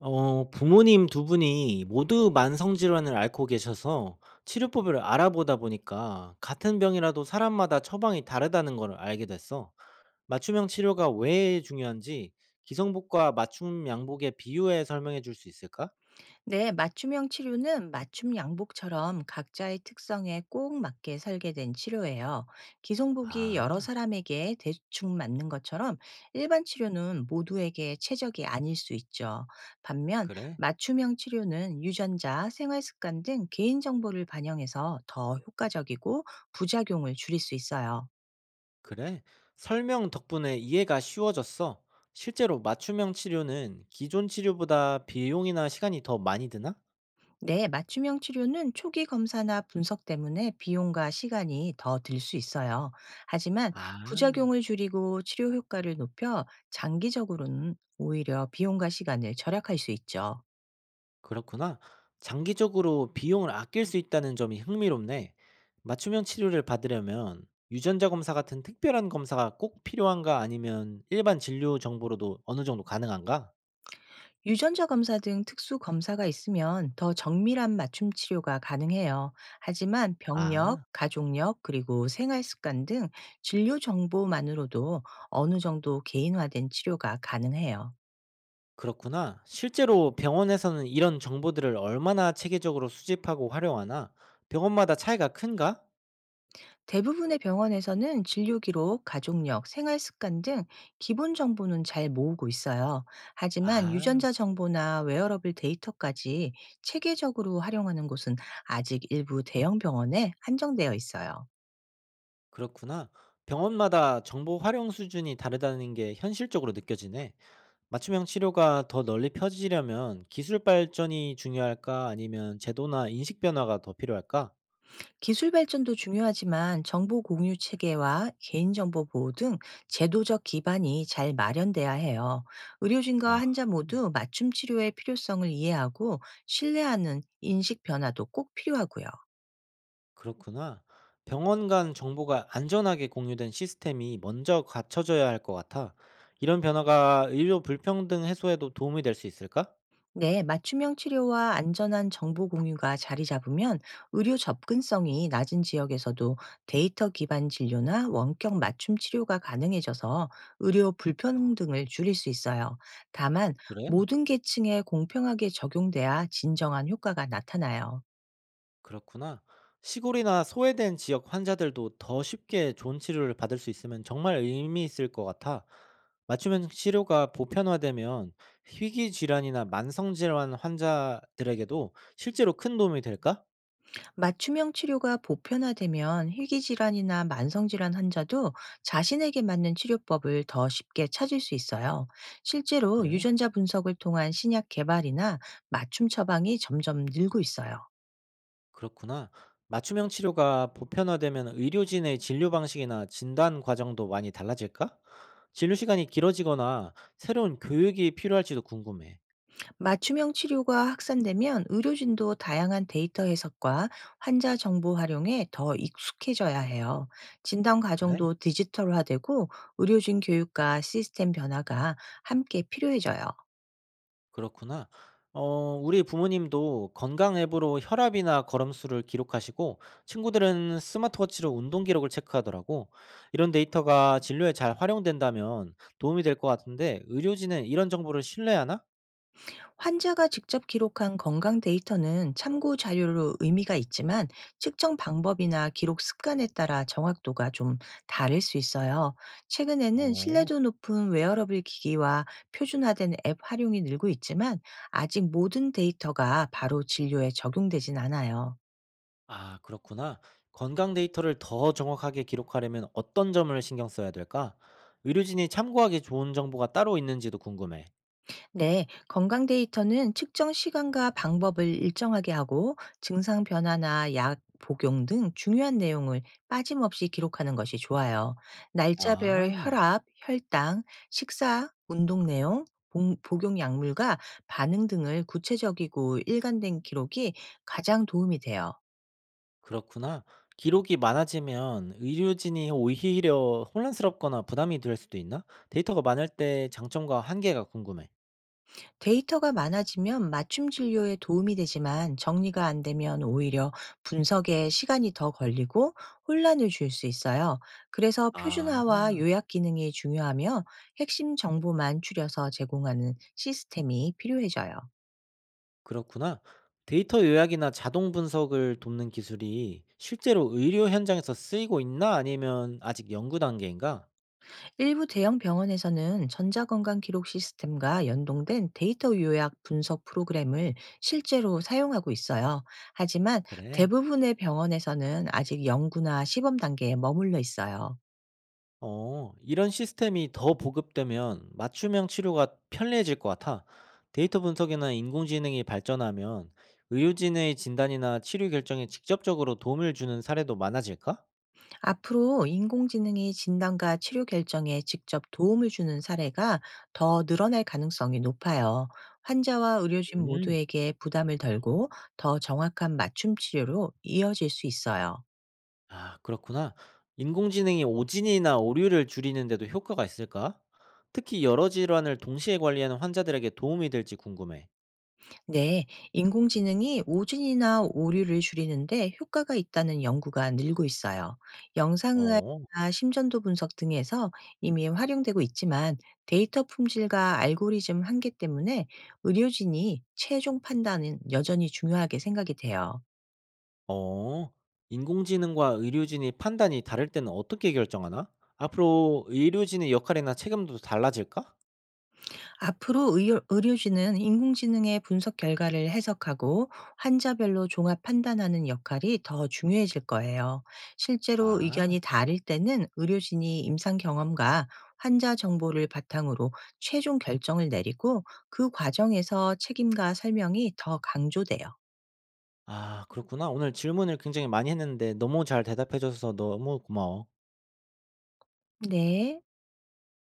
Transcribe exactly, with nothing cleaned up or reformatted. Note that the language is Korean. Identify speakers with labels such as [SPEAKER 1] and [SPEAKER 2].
[SPEAKER 1] 어 부모님 두 분이 모두 만성 질환을 앓고 계셔서 치료법을 알아보다 보니까 같은 병이라도 사람마다 처방이 다르다는 걸 알게 됐어. 맞춤형 치료가 왜 중요한지 기성복과 맞춤 양복의 비유에 설명해 줄 수 있을까?
[SPEAKER 2] 네, 맞춤형 치료는 맞춤 양복처럼 각자의 특성에 꼭 맞게 설계된 치료예요. 기성복이 여러
[SPEAKER 1] 아
[SPEAKER 2] 사람에게 대충 맞는 것처럼 일반 치료는 모두에게 최적이 아닐 수 있죠. 반면
[SPEAKER 1] 그래?
[SPEAKER 2] 맞춤형 치료는 유전자, 생활 습관 등 개인 정보를 반영해서 더 효과적이고 부작용을 줄일 수 있어요.
[SPEAKER 1] 그래? 설명 덕분에 이해가 쉬워졌어. 실제로 맞춤형 치료는 기존 치료보다 비용이나 시간이 더 많이 드나?
[SPEAKER 2] 네, 맞춤형 치료는 초기 검사나 분석 때문에 비용과 시간이 더 들 수 있어요. 하지만
[SPEAKER 1] 아.
[SPEAKER 2] 부작용을 줄이고 치료 효과를 높여 장기적으로는 오히려 비용과 시간을 절약할 수 있죠.
[SPEAKER 1] 그렇구나. 장기적으로 비용을 아낄 수 있다는 점이 흥미롭네. 맞춤형 치료를 받으려면 유전자 검사 같은 특별한 검사가 꼭 필요한가 아니면 일반 진료 정보로도 어느 정도 가능한가?
[SPEAKER 2] 유전자 검사 등 특수 검사가 있으면 더 정밀한 맞춤 치료가 가능해요. 하지만
[SPEAKER 1] 아,
[SPEAKER 2] 병력, 가족력, 그리고 생활 습관 등 진료 정보만으로도 어느 정도 개인화된 치료가 가능해요.
[SPEAKER 1] 그렇구나. 실제로 병원에서는 이런 정보들을 얼마나 체계적으로 수집하고 활용하나? 병원마다 차이가 큰가?
[SPEAKER 2] 대부분의 병원에서는 진료 기록, 가족력, 생활 습관 등 기본 정보는 잘 모으고 있어요. 하지만
[SPEAKER 1] 아,
[SPEAKER 2] 유전자 정보나 웨어러블 데이터까지 체계적으로 활용하는 곳은 아직 일부 대형 병원에 한정되어 있어요.
[SPEAKER 1] 그렇구나. 병원마다 정보 활용 수준이 다르다는 게 현실적으로 느껴지네. 맞춤형 치료가 더 널리 펴지려면 기술 발전이 중요할까? 아니면 제도나 인식 변화가 더 필요할까?
[SPEAKER 2] 기술 발전도 중요하지만 정보 공유 체계와 개인정보 보호 등 제도적 기반이 잘 마련돼야 해요. 의료진과
[SPEAKER 1] 아,
[SPEAKER 2] 환자 모두 맞춤 치료의 필요성을 이해하고 신뢰하는 인식 변화도 꼭 필요하고요.
[SPEAKER 1] 그렇구나. 병원 간 정보가 안전하게 공유된 시스템이 먼저 갖춰져야 할 것 같아. 이런 변화가 의료 불평등 해소에도 도움이 될 수 있을까?
[SPEAKER 2] 네, 맞춤형 치료와 안전한 정보 공유가 자리 잡으면 의료 접근성이 낮은 지역에서도 데이터 기반 진료나 원격 맞춤 치료가 가능해져서 의료 불편 등을 줄일 수 있어요. 다만
[SPEAKER 1] 그래?
[SPEAKER 2] 모든 계층에 공평하게 적용돼야 진정한 효과가 나타나요.
[SPEAKER 1] 그렇구나. 시골이나 소외된 지역 환자들도 더 쉽게 좋은 치료를 받을 수 있으면 정말 의미 있을 것 같아. 맞춤형 치료가 보편화되면 희귀 질환이나 만성 질환 환자들에게도 실제로 큰 도움이 될까?
[SPEAKER 2] 맞춤형 치료가 보편화되면 희귀질환이나 만성질환 환자도 자신에게 맞는 치료법을 더 쉽게 찾을 수 있어요. 실제로
[SPEAKER 1] 그래.
[SPEAKER 2] 유전자 분석을 통한 신약 개발이나 맞춤 처방이 점점 늘고 있어요.
[SPEAKER 1] 그렇구나. 맞춤형 치료가 보편화되면 의료진의 진료 방식이나 진단 과정도 많이 달라질까? 진료 시간이 길어지거나 새로운 교육이 필요할지도 궁금해.
[SPEAKER 2] 맞춤형 치료가 확산되면 의료진도 다양한 데이터 해석과 환자 정보 활용에 더 익숙해져야 해요. 진단
[SPEAKER 1] 그래?
[SPEAKER 2] 과정도 디지털화되고 의료진 교육과 시스템 변화가 함께 필요해져요.
[SPEAKER 1] 그렇구나. 어 우리 부모님도 건강 앱으로 혈압이나 걸음수를 기록하시고 친구들은 스마트워치로 운동 기록을 체크하더라고. 이런 데이터가 진료에 잘 활용된다면 도움이 될 것 같은데 의료진은 이런 정보를 신뢰하나?
[SPEAKER 2] 환자가 직접 기록한 건강 데이터는 참고 자료로 의미가 있지만 측정 방법이나 기록 습관에 따라 정확도가 좀 다를 수 있어요. 최근에는
[SPEAKER 1] 어.
[SPEAKER 2] 신뢰도 높은 웨어러블 기기와 표준화된 앱 활용이 늘고 있지만 아직 모든 데이터가 바로 진료에 적용되진 않아요.
[SPEAKER 1] 아, 그렇구나. 건강 데이터를 더 정확하게 기록하려면 어떤 점을 신경 써야 될까? 의료진이 참고하기 좋은 정보가 따로 있는지도 궁금해.
[SPEAKER 2] 네, 건강 데이터는 측정 시간과 방법을 일정하게 하고 증상 변화나 약 복용 등 중요한 내용을 빠짐없이 기록하는 것이 좋아요. 날짜별
[SPEAKER 1] 아.
[SPEAKER 2] 혈압, 혈당, 식사, 운동 내용, 봉- 복용 약물과 반응 등을 구체적이고 일관된 기록이 가장 도움이 돼요.
[SPEAKER 1] 그렇구나. 기록이 많아지면 의료진이 오히려 혼란스럽거나 부담이 될 수도 있나? 데이터가 많을 때 장점과 한계가 궁금해.
[SPEAKER 2] 데이터가 많아지면 맞춤 진료에 도움이 되지만 정리가 안 되면 오히려 분석에 시간이 더 걸리고 혼란을 줄 수 있어요. 그래서
[SPEAKER 1] 아,
[SPEAKER 2] 표준화와 요약 기능이 중요하며 핵심 정보만 추려서 제공하는 시스템이 필요해져요.
[SPEAKER 1] 그렇구나. 데이터 요약이나 자동 분석을 돕는 기술이 실제로 의료 현장에서 쓰이고 있나? 아니면 아직 연구 단계인가?
[SPEAKER 2] 일부 대형 병원에서는 전자건강 기록 시스템과 연동된 데이터 요약 분석 프로그램을 실제로 사용하고 있어요. 하지만
[SPEAKER 1] 그래.
[SPEAKER 2] 대부분의 병원에서는 아직 연구나 시범 단계에 머물러 있어요.
[SPEAKER 1] 어, 이런 시스템이 더 보급되면 맞춤형 치료가 편리해질 것 같아. 데이터 분석이나 인공지능이 발전하면 의료진의 진단이나 치료 결정에 직접적으로 도움을 주는 사례도 많아질까?
[SPEAKER 2] 앞으로 인공지능이 진단과 치료 결정에 직접 도움을 주는 사례가 더 늘어날 가능성이 높아요. 환자와 의료진
[SPEAKER 1] 음,
[SPEAKER 2] 모두에게 부담을 덜고 더 정확한 맞춤 치료로 이어질 수 있어요.
[SPEAKER 1] 아, 그렇구나. 인공지능이 오진이나 오류를 줄이는데도 효과가 있을까? 특히 여러 질환을 동시에 관리하는 환자들에게 도움이 될지 궁금해.
[SPEAKER 2] 네, 인공지능이 오진이나 오류를 줄이는데 효과가 있다는 연구가 늘고 있어요.
[SPEAKER 1] 어.
[SPEAKER 2] 영상의학이나 심전도 분석 등에서 이미 활용되고 있지만 데이터 품질과 알고리즘 한계 때문에 의료진이 최종 판단은 여전히 중요하게 생각이 돼요.
[SPEAKER 1] 어. 인공지능과 의료진이 판단이 다를 때는 어떻게 결정하나? 앞으로 의료진의 역할이나 책임도 달라질까?
[SPEAKER 2] 앞으로 의료, 의료진은 인공지능의 분석 결과를 해석하고 환자별로 종합 판단하는 역할이 더 중요해질 거예요. 실제로 의견이
[SPEAKER 1] 아.
[SPEAKER 2] 다를 때는 의료진이 임상 경험과 환자 정보를 바탕으로 최종 결정을 내리고 그 과정에서 책임과 설명이 더 강조돼요.
[SPEAKER 1] 아 그렇구나. 오늘 질문을 굉장히 많이 했는데 너무 잘 대답해 줘서 너무 고마워.
[SPEAKER 2] 네.